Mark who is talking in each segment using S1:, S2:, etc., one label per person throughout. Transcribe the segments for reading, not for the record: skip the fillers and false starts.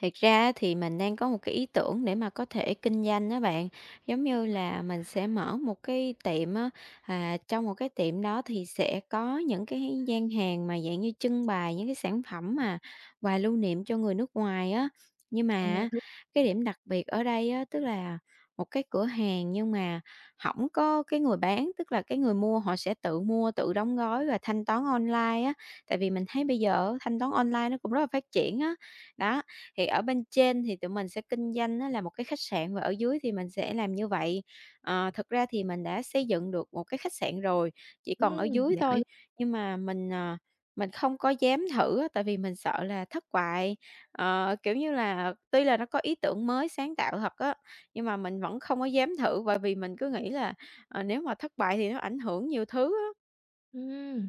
S1: Thiệt ra á thì mình đang có một cái ý tưởng để mà có thể kinh doanh đó bạn, giống như là mình sẽ mở một cái tiệm á. À, trong một cái tiệm đó thì sẽ có những cái gian hàng mà dạng như trưng bày những cái sản phẩm mà quà lưu niệm cho người nước ngoài á. Nhưng mà
S2: Còn nhiều
S1: á,
S2: thứ.
S1: cái điểm đặc biệt ở đây á, tức là một cái cửa hàng nhưng mà không có cái người bán, tức là cái người mua họ sẽ tự mua, tự đóng gói và thanh toán online á. Tại vì mình thấy bây giờ thanh toán online nó cũng rất là phát triển á. Đó, thì ở bên trên thì tụi mình sẽ kinh doanh á là một cái khách sạn và ở dưới thì mình sẽ làm như vậy. Ờ, thực ra thì mình đã xây dựng được một cái khách sạn rồi, chỉ còn ở dưới
S2: Giỏi.
S1: thôi, nhưng mà mình không có dám thử á, tại vì mình sợ là thất bại. Ờ, kiểu như là, tuy là nó có ý tưởng mới sáng tạo thật á, nhưng mà mình vẫn không có dám thử bởi vì mình cứ nghĩ là, ờ, nếu mà thất bại thì nó ảnh hưởng nhiều thứ á.
S2: Ừm,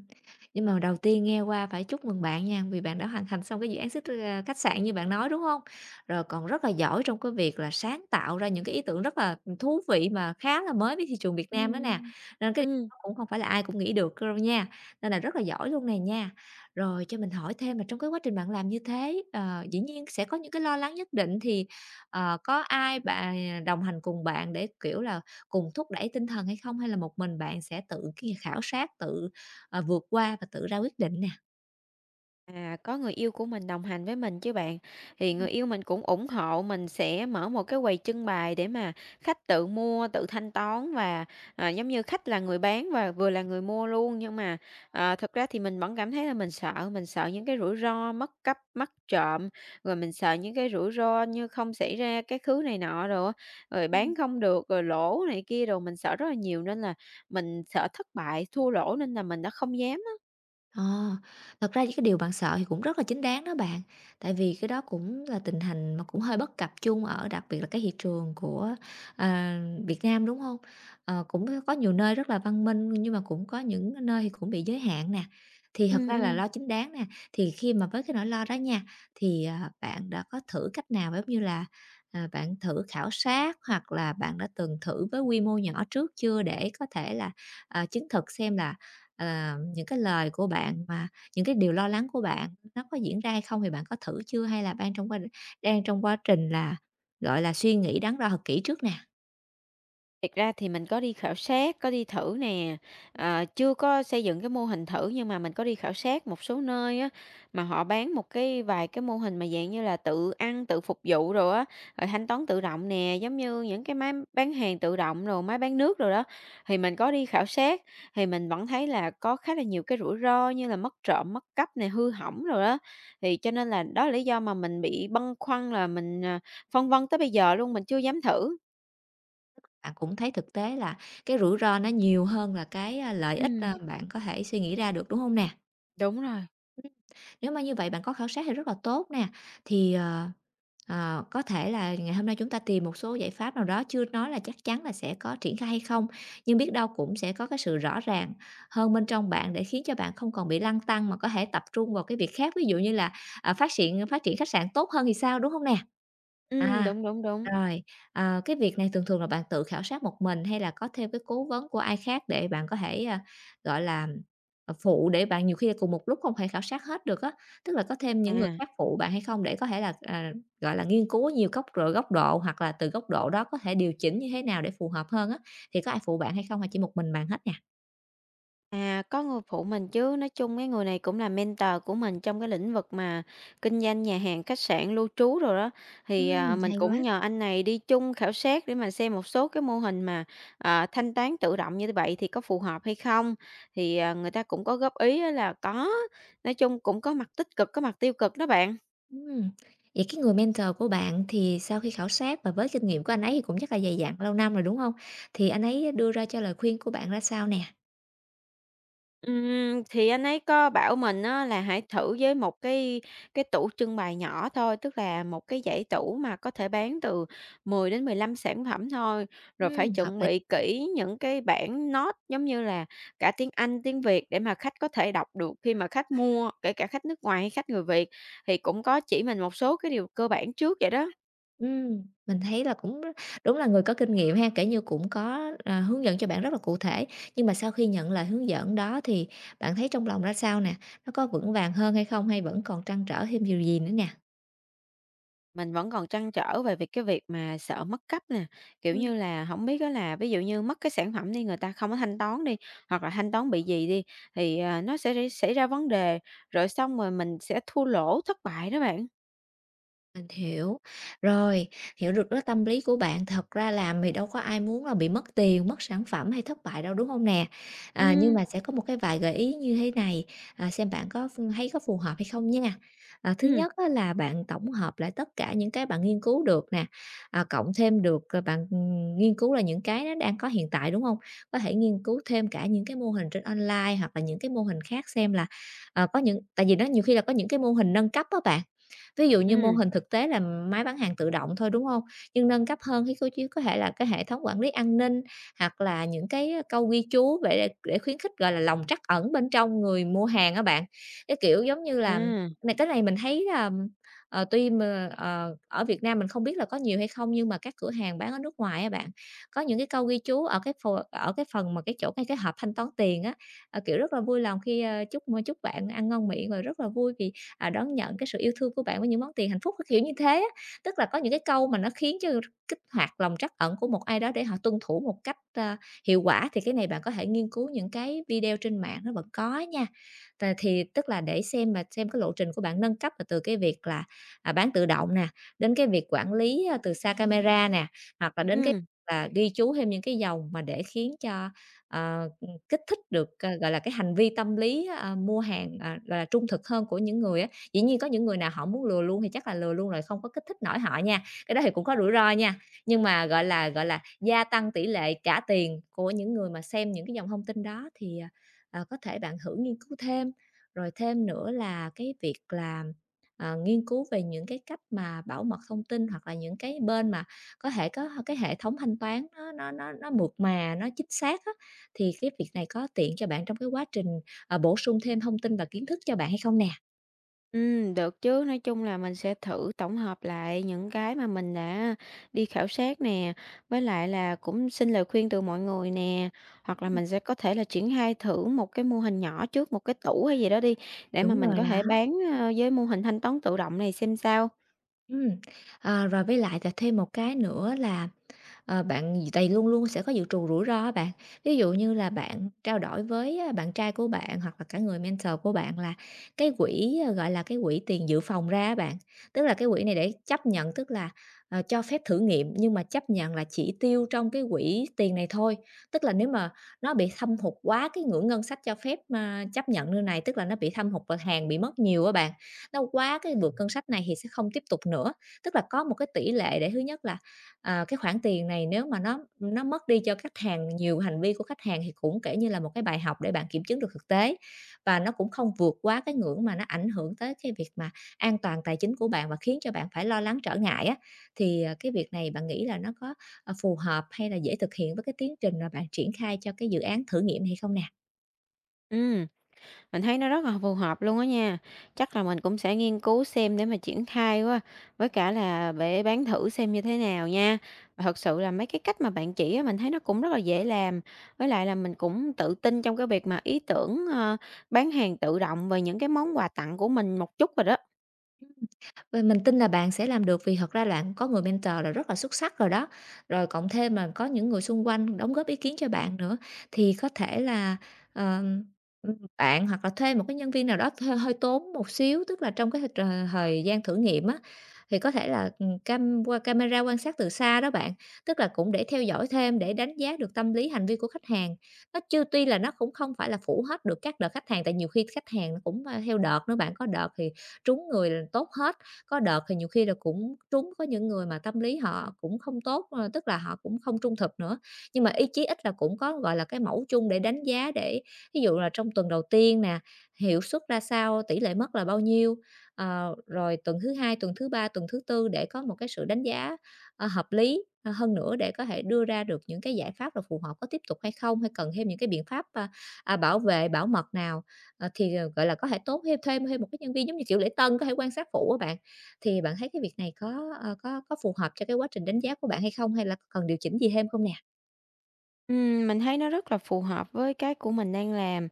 S2: nhưng mà đầu tiên nghe qua phải chúc mừng bạn nha, vì bạn đã hoàn thành xong cái dự án khách sạn như bạn nói, đúng không? Rồi còn rất là giỏi trong cái việc là sáng tạo ra những cái ý tưởng rất là, thú vị mà khá là mới với thị trường Việt
S1: Ừ.
S2: Nam đó nè, nên cái điều
S1: Ừm.
S2: đó cũng không phải là ai cũng nghĩ được đâu nha, nên là rất là giỏi luôn này nha. Rồi cho mình hỏi thêm là trong cái quá trình bạn làm như thế, dĩ nhiên sẽ có những cái lo lắng nhất định thì, có ai bạn đồng hành cùng bạn để, kiểu là, cùng thúc đẩy tinh thần hay không? Hay là một mình bạn sẽ tự kia khảo sát, tự vượt qua và tự ra quyết định nè.
S1: À, có người yêu của mình đồng hành với mình chứ bạn. Thì
S2: Ừm,
S1: người yêu mình cũng ủng hộ mình sẽ mở một cái quầy trưng bày để mà khách tự mua, tự thanh toán và, à, giống như khách là người bán và vừa là người mua luôn. Nhưng mà, ờ, thực ra thì mình vẫn cảm thấy là mình sợ những cái rủi ro mất cắp, mất trộm, rồi mình sợ những cái rủi ro như không xảy ra cái thứ này nọ đồ á, rồi
S2: ừm.
S1: bán không được, rồi lỗ này kia rồi mình sợ rất là nhiều nên là mình sợ thất bại, thua lỗ nên là mình đã không dám á.
S2: Ờ, Thật ra những cái điều bạn sợ thì cũng rất là chính đáng đó bạn, tại vì cái đó cũng là tình hình mà cũng hơi bất cập chung ở đặc biệt là cái thị trường của, à, Việt Nam, đúng không? Ờ, cũng có nhiều nơi rất là văn minh nhưng mà cũng có những nơi thì cũng bị giới hạn nè, thì thật
S1: Ừm,
S2: ra là
S1: ừm.
S2: lo chính đáng nè. Thì khi mà với cái nỗi lo đó nha, thì, bạn đã có thử cách nào giống như là, bạn thử khảo sát hoặc là bạn đã từng thử với quy mô nhỏ trước chưa để có thể là, chứng thực xem là những cái lời của bạn mà những cái điều lo lắng của bạn nó có diễn ra hay không? Thì bạn có thử chưa? Hay là đang trong quá trình là, gọi là, suy nghĩ đắn đo thật kỹ trước nè,
S1: Thực ra thì mình có đi khảo sát, có đi thử nè, ờ, chưa có xây dựng cái mô hình thử nhưng mà mình có đi khảo sát một số nơi á, mà họ bán một cái vài cái mô hình mà dạng như là tự ăn, tự phục vụ rồi á, rồi thanh toán tự động nè, giống như những cái máy bán hàng tự động rồi máy bán nước rồi đó. Thì mình có đi khảo sát, thì mình vẫn thấy là có khá là nhiều cái rủi ro như là mất trộm, mất cắp nè, hư hỏng rồi đó. Thì cho nên là đó là lý do mà mình bị băn khoăn là mình, à, phân vân tới bây giờ luôn, mình chưa dám thử.
S2: bạn cũng thấy thực tế là cái rủi ro nó nhiều hơn là cái, lợi ích,
S1: Ừm,
S2: bạn có thể suy nghĩ ra được, đúng không nè?
S1: đúng rồi.
S2: Ừm, nếu mà như vậy bạn có khảo sát thì rất là tốt nè. Thì, có thể là ngày hôm nay chúng ta tìm một số giải pháp nào đó, chưa nói là chắc chắn là sẽ có triển khai hay không, nhưng biết đâu cũng sẽ có cái sự rõ ràng hơn bên trong bạn để khiến cho bạn không còn bị lăn tăn mà có thể tập trung vào cái việc khác. Ví dụ như là, phát triển khách sạn tốt hơn thì sao, đúng không nè? À,
S1: Đúng, đúng, đúng.
S2: Rồi, cái việc này thường thường là bạn tự khảo sát một mình hay là có thêm cái cố vấn của ai khác để bạn có thể, gọi là phụ để bạn nhiều khi là cùng một lúc không thể khảo sát hết được á, tức là có thêm những người
S1: À,
S2: khác phụ bạn hay không để có thể là, gọi là, nghiên cứu nhiều góc rồi góc độ hoặc là từ góc độ đó có thể điều chỉnh như thế nào để phù hợp hơn á, thì có ai phụ bạn hay không hay chỉ một mình bạn hết nè?
S1: à, có người phụ mình chứ, nói chung cái người này cũng là mentor của mình trong cái lĩnh vực mà kinh doanh nhà hàng, khách sạn, lưu trú rồi đó. Thì, à, mình
S2: Hay quá.
S1: cũng nhờ anh này đi chung khảo sát để mà xem một số cái mô hình mà, à, thanh toán tự động như vậy thì có phù hợp hay không. Thì, à, người ta cũng có góp ý á là có, nói chung cũng có mặt tích cực, có mặt tiêu cực đó bạn.
S2: Ừm, vậy cái người mentor của bạn thì sau khi khảo sát và với kinh nghiệm của anh ấy thì cũng chắc là dày dặn lâu năm rồi, đúng không? Thì anh ấy đưa ra cho lời khuyên của bạn ra sao nè?
S1: Thì anh ấy có bảo mình á là hãy thử với một cái tủ trưng bày nhỏ thôi, tức là một cái dãy tủ mà có thể bán từ 10 đến 15 sản phẩm thôi, rồi phải
S2: Hợp.
S1: chuẩn bị kỹ những cái bảng note giống như là cả tiếng Anh, tiếng Việt để mà khách có thể đọc được khi mà khách mua, kể cả khách nước ngoài hay khách người Việt, thì cũng có chỉ mình một số cái điều cơ bản trước vậy đó.
S2: Mình thấy là cũng r đúng là người có kinh nghiệm ha, kể như, cũng có, hướng dẫn cho bạn rất là cụ thể. Nhưng mà sau khi nhận lời hướng dẫn đó thì bạn thấy trong lòng ra sao nè? Nó có vững vàng hơn hay không hay vẫn còn trăn trở thêm điều gì nữa nè?
S1: Mình vẫn còn trăn trở về việc mà sợ mất cấp nè, kiểu như là, không biết á là ví dụ như mất cái sản phẩm đi, người ta không có thanh toán đi, hoặc là thanh toán bị gì đi thì, à, nó sẽ rỉ xảy ra vấn đề, rồi xong rồi mình sẽ thua lỗ, thất bại đó bạn.
S2: Mình hiểu. Rồi, hiểu được cái tâm lý của bạn. Thật ra làm thì đâu có ai muốn là bị mất tiền, mất sản phẩm hay thất bại đâu, đúng không nè? À, nhưng
S1: Ừm,
S2: mà sẽ có một cái vài gợi ý như thế này, xem bạn có ph thấy có phù hợp hay không nha. À, thứ
S1: ừm,
S2: nhất á là bạn tổng hợp lại tất cả những cái bạn nghiên cứu được nè, cộng thêm được, bạn, nghiên cứu là những cái nó đang có hiện tại, đúng không? Có thể nghiên cứu thêm cả những cái mô hình trên online hoặc là những cái mô hình khác xem là, có những tại vì nó nhiều khi là có những cái mô hình nâng cấp á bạn. Ví dụ như mô
S1: ừm,
S2: hình thực tế là máy bán hàng tự động thôi, đúng không? Nhưng nâng cấp hơn thì cô chỉ có thể là cái hệ thống quản lý an ninh, hoặc là những cái câu ghi chú để khuyến khích, gọi là, lòng trắc ẩn bên trong người mua hàng á bạn. Cái kiểu giống như
S1: à,
S2: là này cái này mình thấy là, tuy mà, ở Việt Nam mình không biết là có nhiều hay không, nhưng mà các cửa hàng bán ở nước ngoài á bạn, có những cái câu ghi chú ở cái phần mà cái chỗ ngay cái hộp thanh toán tiền á, kiểu, rất là vui lòng khi, chúc chúc bạn ăn ngon miệng, rồi rất là vui vì đón nhận cái sự yêu thương của bạn với những món tiền hạnh phúc, cái kiểu như thế á. Tức là có những cái câu mà nó khiến cho kích hoạt lòng trắc ẩn của một ai đó để họ tuân thủ một cách, hiệu quả, thì cái này bạn có thể nghiên cứu những cái video trên mạng nó vẫn có nha. T thì Tức là để xem cái lộ trình của bạn nâng cấp là từ cái việc là, bán tự động nè, đến cái việc quản lý, từ xa camera nè, hoặc là đến cái
S1: ừm.
S2: là ghi chú thêm những cái dòng mà để khiến cho, ờ, kích thích được, gọi là, cái hành vi tâm lý, mua hàng, gọi là, trung thực hơn của những người á. Dĩ nhiên có những người nào họ muốn lừa luôn thì chắc là lừa luôn rồi không có kích thích nổi họ nha, cái đó thì cũng có rủi ro nha. Nhưng mà, gọi là, gia tăng tỷ lệ trả tiền của những người mà xem những cái dòng thông tin đó thì, có thể bạn thử nghiên cứu thêm. Rồi thêm nữa là cái việc là, nghiên cứu về những cái cách mà bảo mật thông tin hoặc là những cái bên mà có thể có cái hệ thống thanh toán nó mượt mà, nó chính xác á, thì cái việc này có tiện cho bạn trong cái quá trình, bổ sung thêm thông tin và kiến thức cho bạn hay không nè?
S1: Được chứ, nói chung là mình sẽ thử tổng hợp lại những cái mà mình đã đi khảo sát nè, với lại là cũng xin lời khuyên từ mọi người nè, hoặc là mình sẽ có thể là triển khai thử một cái mô hình nhỏ trước, một cái tủ hay gì đó đi, để mà
S2: Đúng
S1: mình
S2: rồi
S1: có
S2: đó.
S1: thể bán, ơ, với mô hình thanh toán tự động này xem sao.
S2: Ừ, rồi với lại là thêm một cái nữa là bạn gì tại luôn luôn sẽ có dự trù rủi ro á bạn. Ví dụ như là bạn trao đổi với, bạn trai của bạn hoặc là cả người mentor của bạn là cái quỹ, gọi là, cái quỹ tiền dự phòng ra á bạn, tức là cái quỹ này để chấp nhận, tức là, cho phép thử nghiệm nhưng mà chấp nhận là chỉ tiêu trong cái quỹ tiền này thôi. Tức là nếu mà nó bị thâm hụt quá cái ngưỡng ngân sách cho phép, chấp nhận như này, tức là nó bị thâm hụt và hàng bị mất nhiều á bạn, nó quá cái vượt ngân sách này thì sẽ không tiếp tục nữa. Tức là có một cái tỷ lệ để thứ nhất là cái khoản tiền này nếu mà nó mất đi cho khách hàng nhiều hành vi của khách hàng thì cũng kể như là một cái bài học để bạn kiểm chứng được thực tế và nó cũng không vượt quá cái ngưỡng mà nó ảnh hưởng tới cái việc mà an toàn tài chính của bạn và khiến cho bạn phải lo lắng trở ngại á thì cái việc này bạn nghĩ là nó có phù hợp hay là dễ thực hiện với cái tiến trình mà bạn triển khai cho cái dự án thử nghiệm hay không nè?
S1: Ừm. Mình thấy nó rất là phù hợp luôn á nha. Chắc là mình cũng sẽ nghiên cứu xem để mà triển khai quá, với cả là để bán thử xem như thế nào nha. Và thật sự là mấy cái cách mà bạn chỉ á, mình thấy nó cũng rất là dễ làm. Với lại là mình cũng tự tin trong cái việc mà ý tưởng ờ, bán hàng tự động về những cái món quà tặng của mình một chút rồi đó.
S2: Và mình tin là bạn sẽ làm được vì thật ra bạn có người mentor là rất là xuất sắc rồi đó. Rồi cộng thêm mà có những người xung quanh đóng góp ý kiến cho bạn nữa, thì có thể là, ờm, bạn hoặc là thuê một cái nhân viên nào đó thuê hơi tốn một xíu, tức là trong cái thời thời gian thử nghiệm á, thì có thể là, camera quan sát từ xa đó bạn, tức là cũng để theo dõi thêm, để đánh giá được tâm lý hành vi của khách hàng. Nó chưa Tuy là nó cũng không phải là phủ hết được các đợt khách hàng, tại nhiều khi khách hàng nó cũng, theo đợt nữa bạn, có đợt thì trúng người là tốt hết. Có đợt thì nhiều khi là cũng trúng có những người mà tâm lý họ cũng không tốt, tức là họ cũng không trung thực nữa, nhưng mà ý chí ít là cũng có, gọi là, cái mẫu chung để đánh giá để ví dụ là trong tuần đầu tiên nè, hiệu suất ra sao, tỷ lệ mất là bao nhiêu, rồi tuần thứ 2 tuần thứ 3 tuần thứ tư để có một cái sự đánh giá, hợp lý, hơn nữa để có thể đưa ra được những cái giải pháp là phù hợp có tiếp tục hay không, hay cần thêm những cái biện pháp, bảo vệ, bảo mật nào. Ờ, thì, gọi là, có thể tốt thêm thêm thêm một cái nhân viên giống như, kiểu, lễ tân có thể quan sát phụ các bạn, thì bạn thấy cái việc này có, có phù hợp cho cái quá trình đánh giá của bạn hay không? Hay là cần điều chỉnh gì thêm không nè?
S1: Mình thấy nó rất là phù hợp với cái của mình đang làm.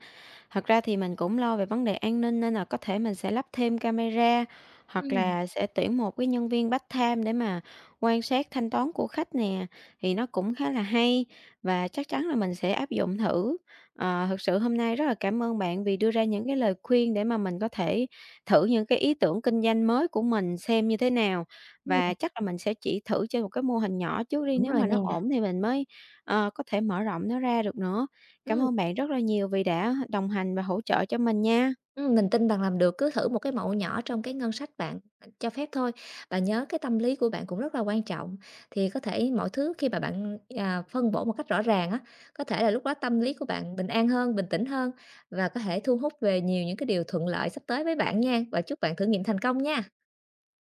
S1: Thật ra thì mình cũng lo về vấn đề an ninh nên là có thể mình sẽ lắp thêm camera, hoặc
S2: Ừm,
S1: là sẽ tuyển một cái nhân viên part-time để mà quan sát thanh toán của khách nè, thì nó cũng khá là hay và chắc chắn là mình sẽ áp dụng thử. Ờ, thực sự hôm nay rất là cảm ơn bạn vì đưa ra những cái lời khuyên để mà mình có thể thử những cái ý tưởng kinh doanh mới của mình xem như thế nào,
S2: ừm,
S1: và chắc là mình sẽ chỉ thử trên một cái mô hình nhỏ trước đi,
S2: đúng
S1: nếu
S2: rồi
S1: mà
S2: nè.
S1: nó ổn thì mình mới, ờ, có thể mở rộng nó ra được nữa. Cảm
S2: Ừm,
S1: ơn bạn rất là nhiều vì đã đồng hành và hỗ trợ cho mình nha.
S2: mình tin bạn làm được, cứ thử một cái mẫu nhỏ trong cái ngân sách bạn, cho phép thôi. Bạn nhớ cái tâm lý của bạn cũng rất là quan trọng, thì có thể mọi thứ khi mà bạn, phân bổ một cách rõ ràng á, có thể là lúc đó tâm lý của bạn bình an hơn, bình tĩnh hơn và có thể thu hút về nhiều những cái điều thuận lợi sắp tới với bạn nha. Và chúc bạn thử nghiệm thành công nha.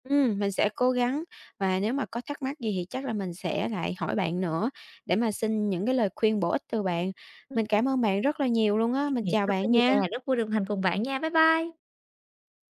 S1: Mình sẽ cố gắng và nếu mà có thắc mắc gì thì chắc là mình sẽ lại hỏi bạn nữa để
S2: Ừm,
S1: mà xin những cái lời khuyên bổ ích từ bạn.
S2: ừm,
S1: Mình cảm ơn bạn rất là nhiều luôn á. Mình chào
S2: không có
S1: bạn
S2: gì
S1: nha.
S2: nè, rất vui được đồng hành cùng bạn nha. Bye bye.